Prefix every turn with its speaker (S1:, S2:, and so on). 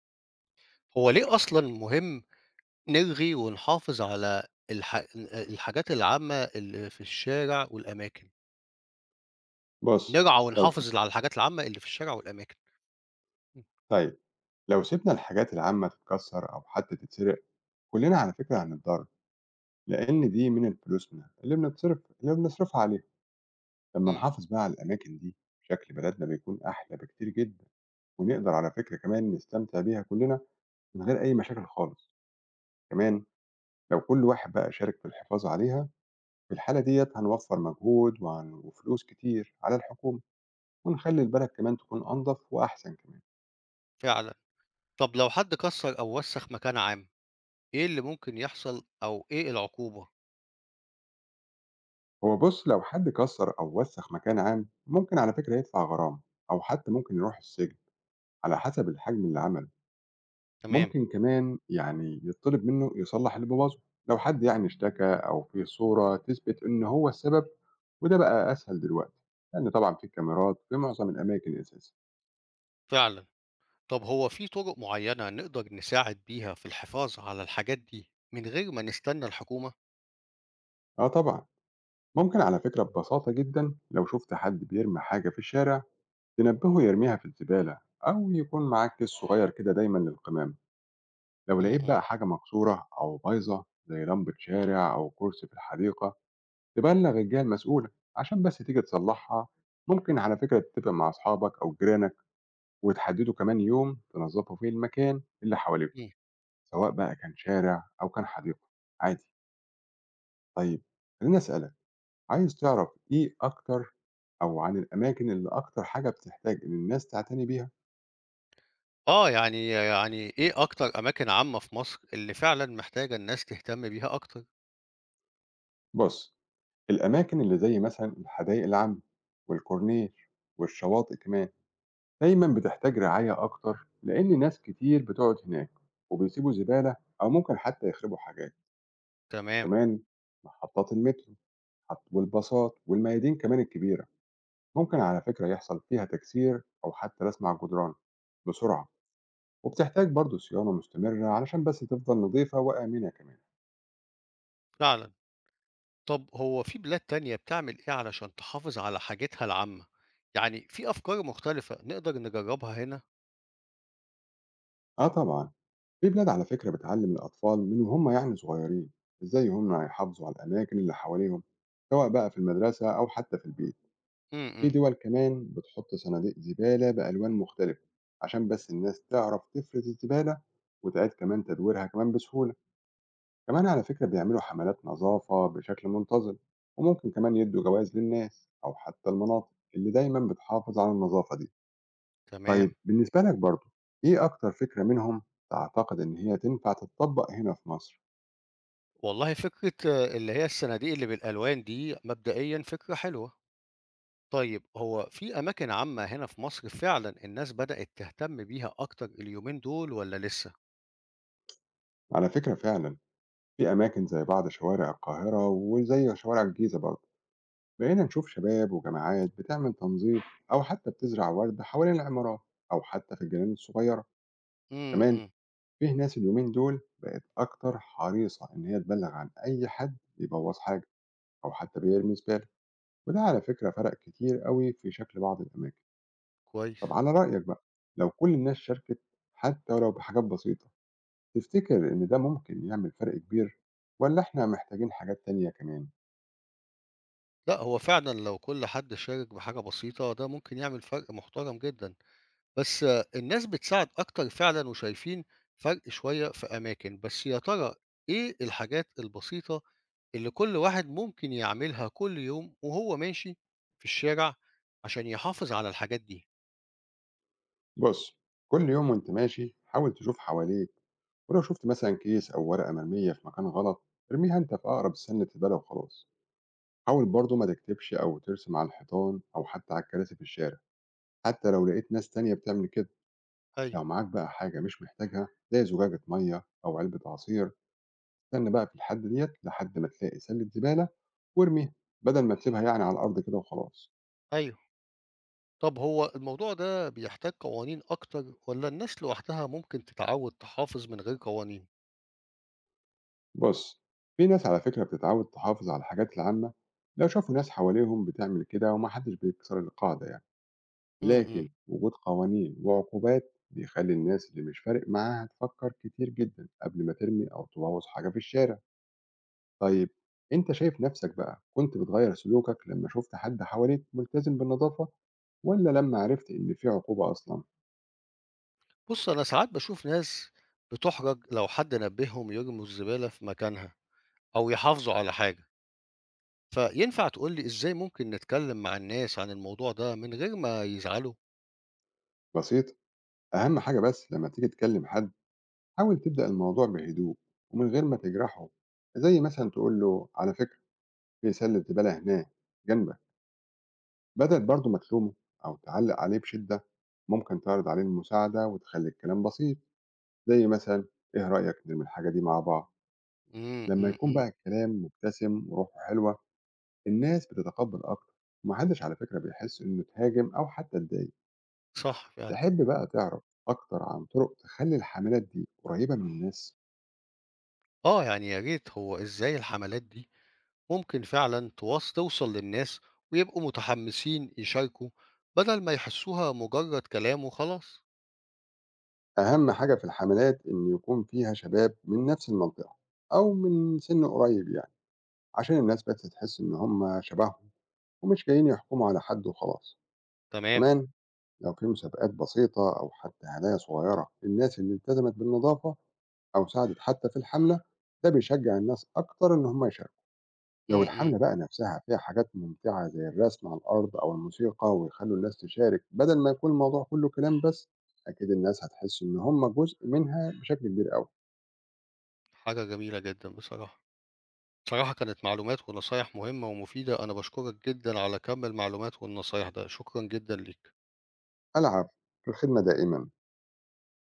S1: هو ليه أصلًا مهم نلغي ونحافظ على الحاجات العامة اللي في الشارع والأماكن؟
S2: بُص،
S1: نرعى
S2: لو س
S1: ونحافظ على الحاجات العامة اللي في الشارع والأماكن. إمم.
S2: طيب، لو سِبنا الحاجات العامة تتكسّر أو حتى تتسرق، كُلّنا على فكرة هنتضرّر، لإن دي من فلوسنا اللي بنتصرف اللي بنصرفها عليها. لمّا
S1: إمم،
S2: نحافظ بقى على الأماكن دي، شكل بلدنا بيكون أحلى بكتير جدًا، ونقدر على فكرة كمان نستمتع بيها كُلّنا من غير أي مشاكل خالص. كمان لو كل واحد بقى شارك في الحفاظ عليها، في الحالة ديّة هنوفّر مجهود وفلوس كتير على الحكومة، ونخلّي البلد كمان تكون أنضف وأحسن كمان.
S1: فعلًا. طب لو حد كسّر أو وسّخ مكان عام، إيه اللي ممكن يحصل أو إيه العقوبة؟
S2: هو بص لو حد كسر أو وسخ مكان عام ممكن على فكرة يدفع غرامة، أو حتى ممكن يروح السجن على حسب الحجم اللي عمله.
S1: تمام،
S2: ممكن كمان يعني يطلب منه يصلح اللي بوظه لو حد يعني اشتكى أو في صورة تثبت إن هو السبب، وده بقى أسهل دلوقتي لأن طبعا في كاميرات في معظم الأماكن أساسا.
S1: فعلًا. طب هو في طرق معينة نقدر نساعد بيها في الحفاظ على الحاجات دي من غير ما نستنى الحكومة؟
S2: أه طبعا، ممكن على فكرة ببساطة جدا لو شفت حد بيرمي حاجة في الشارع تنبهه يرميها في الزبالة، أو يكون معاك كيس صغير كده دايما للقمامة. لو
S1: إمم،
S2: لقيت
S1: إمم،
S2: بقى حاجة مكسورة أو بايظة زي لمبة شارع أو كرسي في الحديقة تبلغ الجهة المسؤولة عشان بس تيجي تصلحها. ممكن على فكرة تتفق مع أصحابك أو جيرانك وتحددوا كمان يوم تنظفوا فيه المكان اللي حواليكم،
S1: إمم.
S2: سواء بقى كان شارع أو كان حديقة. عادي. طيب، خليني أسألك، عايز تعرف إيه أكتر؟ أو عن الأماكن اللي أكتر حاجة بتحتاج إن الناس تعتني بيها؟
S1: آه، يعني إيه أكتر أماكن عامة في مصر اللي فعلًا محتاجة الناس تهتم بيها أكتر؟
S2: بص، الأماكن اللي زي مثلا الحدائق العامة والكورنيش والشواطئ كمان دايما بتحتاج رعاية أكتر، لأن ناس كتير بتقعد هناك وبيسيبوا زبالة، أو ممكن حتى يخربوا حاجات.
S1: تمام،
S2: كمان محطات المترو والباصات والميادين كمان الكبيرة ممكن على فكرة يحصل فيها تكسير أو حتى رسم على الجدران بسرعة، وبتحتاج برضه صيانة مستمرة علشان بس تفضل نظيفة وآمنة كمان.
S1: فعلًا. طب هو في بلاد تانية بتعمل إيه علشان تحافظ على حاجتها العامة؟ يعني في أفكار مختلفة نقدر نجربها هنا؟
S2: آه طبعا، في بلاد على فكرة بتعلم الأطفال من وهم يعني صغيرين إزاي هم يحافظوا على الأماكن اللي حواليهم، سواء بقى في المدرسة أو حتى في البيت.
S1: إمم،
S2: في
S1: إمم،
S2: دول كمان بتحط صناديق زبالة بألوان مختلفة عشان بس الناس تعرف تفرز الزبالة وتعيد كمان تدويرها كمان بسهولة. كمان على فكرة بيعملوا حملات نظافة بشكل منتظم، وممكن كمان يدوا جوائز للناس أو حتى المناطق اللي دايما بتحافظ على النظافة دي.
S1: تمام.
S2: طيب بالنسبة لك برضو، إيه أكتر فكرة منهم تعتقد إن هي تنفع تتطبق هنا في مصر؟
S1: والله فكرة اللي هي الصناديق اللي بالألوان دي مبدئيًا فكرة حلوة. طيب هو في أماكن عامة هنا في مصر فعلا الناس بدأت تهتم بيها أكتر اليومين دول ولا لسه؟
S2: على فكرة فعلا في أماكن زي بعض شوارع القاهرة وزي شوارع الجيزة برضو بقينا نشوف شباب وجماعات بتعمل تنظيف، أو حتى بتزرع ورد حوالين العمارات أو حتى في الجنان الصغيرة.
S1: امم،
S2: كمان
S1: امم.
S2: فيه ناس اليومين دول بقت أكتر حريصة إن هي تبلغ عن أي حد بيبوظ حاجة أو حتى بيرمي زبالة، وده على فكرة فرق كتير قوي في شكل بعض الأماكن. طب
S1: كويس.
S2: على رأيك بقى، لو كل الناس شاركت حتى ولو بحاجات بسيطة، تفتكر إن ده ممكن يعمل فرق كبير؟ ولا إحنا محتاجين حاجات تانية كمان؟
S1: لا، هو فعلا لو كل حد شارك بحاجة بسيطة ده ممكن يعمل فرق محترم جدا. بس الناس بتساعد أكتر فعلا وشايفين فرق شوية في أماكن. بس يا ترى إيه الحاجات البسيطة اللي كل واحد ممكن يعملها كل يوم وهو ماشي في الشارع عشان يحافظ على الحاجات دي؟
S2: بص، كل يوم وانت ماشي حاول تشوف حواليك، ولو شفت مثلا كيس او ورقه مرميه في مكان غلط ارميها انت في اقرب سنه زباله وخلاص. حاول برضو ما تكتبش او ترسم على الحيطان او حتى على الكراسي في الشارع، حتى لو لقيت ناس تانية بتعمل كده. لو
S1: ايوه.
S2: معاك بقى حاجه مش محتاجها زي زجاجه ميه او علبه عصير، استنى بقى في الحد ديت لحد ما تلاقي سله زباله وارميها، بدل ما تسيبها يعني على الارض كده وخلاص.
S1: ايوه. طب هو الموضوع ده بيحتاج قوانين أكتر والّا الناس لوحدها ممكن تتعود تحافظ من غير قوانين؟
S2: بُص، في ناس على فكرة بتتعود تحافظ على الحاجات العامة لو شافوا ناس حواليهم بتعمل كده وما حدش بيكسر القاعدة يعني،
S1: إمم، إمم.
S2: لكن وجود قوانين وعقوبات بيخلّي الناس اللي مش فارق معاها تفكر كتير جدًا قبل ما ترمي أو تبوّظ حاجة في الشارع. طيب، أنت شايف نفسك بقى كنت بتغيّر سلوكك لمّا شُفت حد حواليك ملتزم بالنضافة، والّا لمّا عرفت إن في عقوبة أصلًا؟
S1: بُص، أنا ساعات باشوف ناس بتُحرج لو حد نبههم يرموا الزبالة في مكانها أو يحافظوا على حاجة، فينفع تقول لي إزاي ممكن نتكلم مع الناس عن الموضوع ده من غير ما يزعلوا؟
S2: بسيطة، أهم حاجة بس لمّا تيجي تكلم حد حاول تبدأ الموضوع بهدوء ومن غير ما تجرحه، زي مثلا تقول له على فكرة في سلة زبالة هناك جنبك، بدل برضه ما تلومه أو تعلق عليه بشدة. ممكن تعرض عليه المساعدة وتخلي الكلام بسيط، زي مثلا إيه رأيك نرمي الحاجة دي مع بعض.
S1: إمم،
S2: لما
S1: إمم،
S2: يكون
S1: إمم.
S2: بقى الكلام مبتسم وروحه حلوة الناس بتتقبل أكتر، ومحدش على فكرة بيحس إنه اتهاجم أو حتى اتضايق.
S1: صح فعلًا.
S2: تحب بقى تعرف أكتر عن طرق تخلي الحملات دي قريبة من الناس؟
S1: آه، يعني يا ريت، هو إزاي الحملات دي ممكن فعلا توصل للناس ويبقوا متحمسين يشاركوا بدل ما يحسوها مجرد كلام وخلاص؟
S2: أهم حاجة في الحملات إن يكون فيها شباب من نفس المنطقة أو من سن قريب يعني، عشان الناس بس تحس إن هم شبههم ومش جايين يحكموا على حد وخلاص.
S1: تمام.
S2: كمان لو في مسابقات بسيطة أو حتى هدايا صغيرة للناس اللي التزمت بالنظافة أو ساعدت حتى في الحملة، ده بيشجع الناس أكتر إن هم يشاركوا. لو
S1: م-م.
S2: الحملة بقى نفسها فيها حاجات ممتعة زي الرسم على الأرض أو الموسيقى ويخلوا الناس تشارك بدل ما يكون الموضوع كله كلام بس، أكيد الناس هتحس إن هم جزء منها بشكل كبير أوي.
S1: حاجة جميلة جدا بصراحة. بصراحة كانت معلومات ونصايح مهمة ومفيدة، أنا بشكرك جدا على كم المعلومات والنصايح ده. شكرا جدا ليك.
S2: ألعب، في الخدمة دائمًا.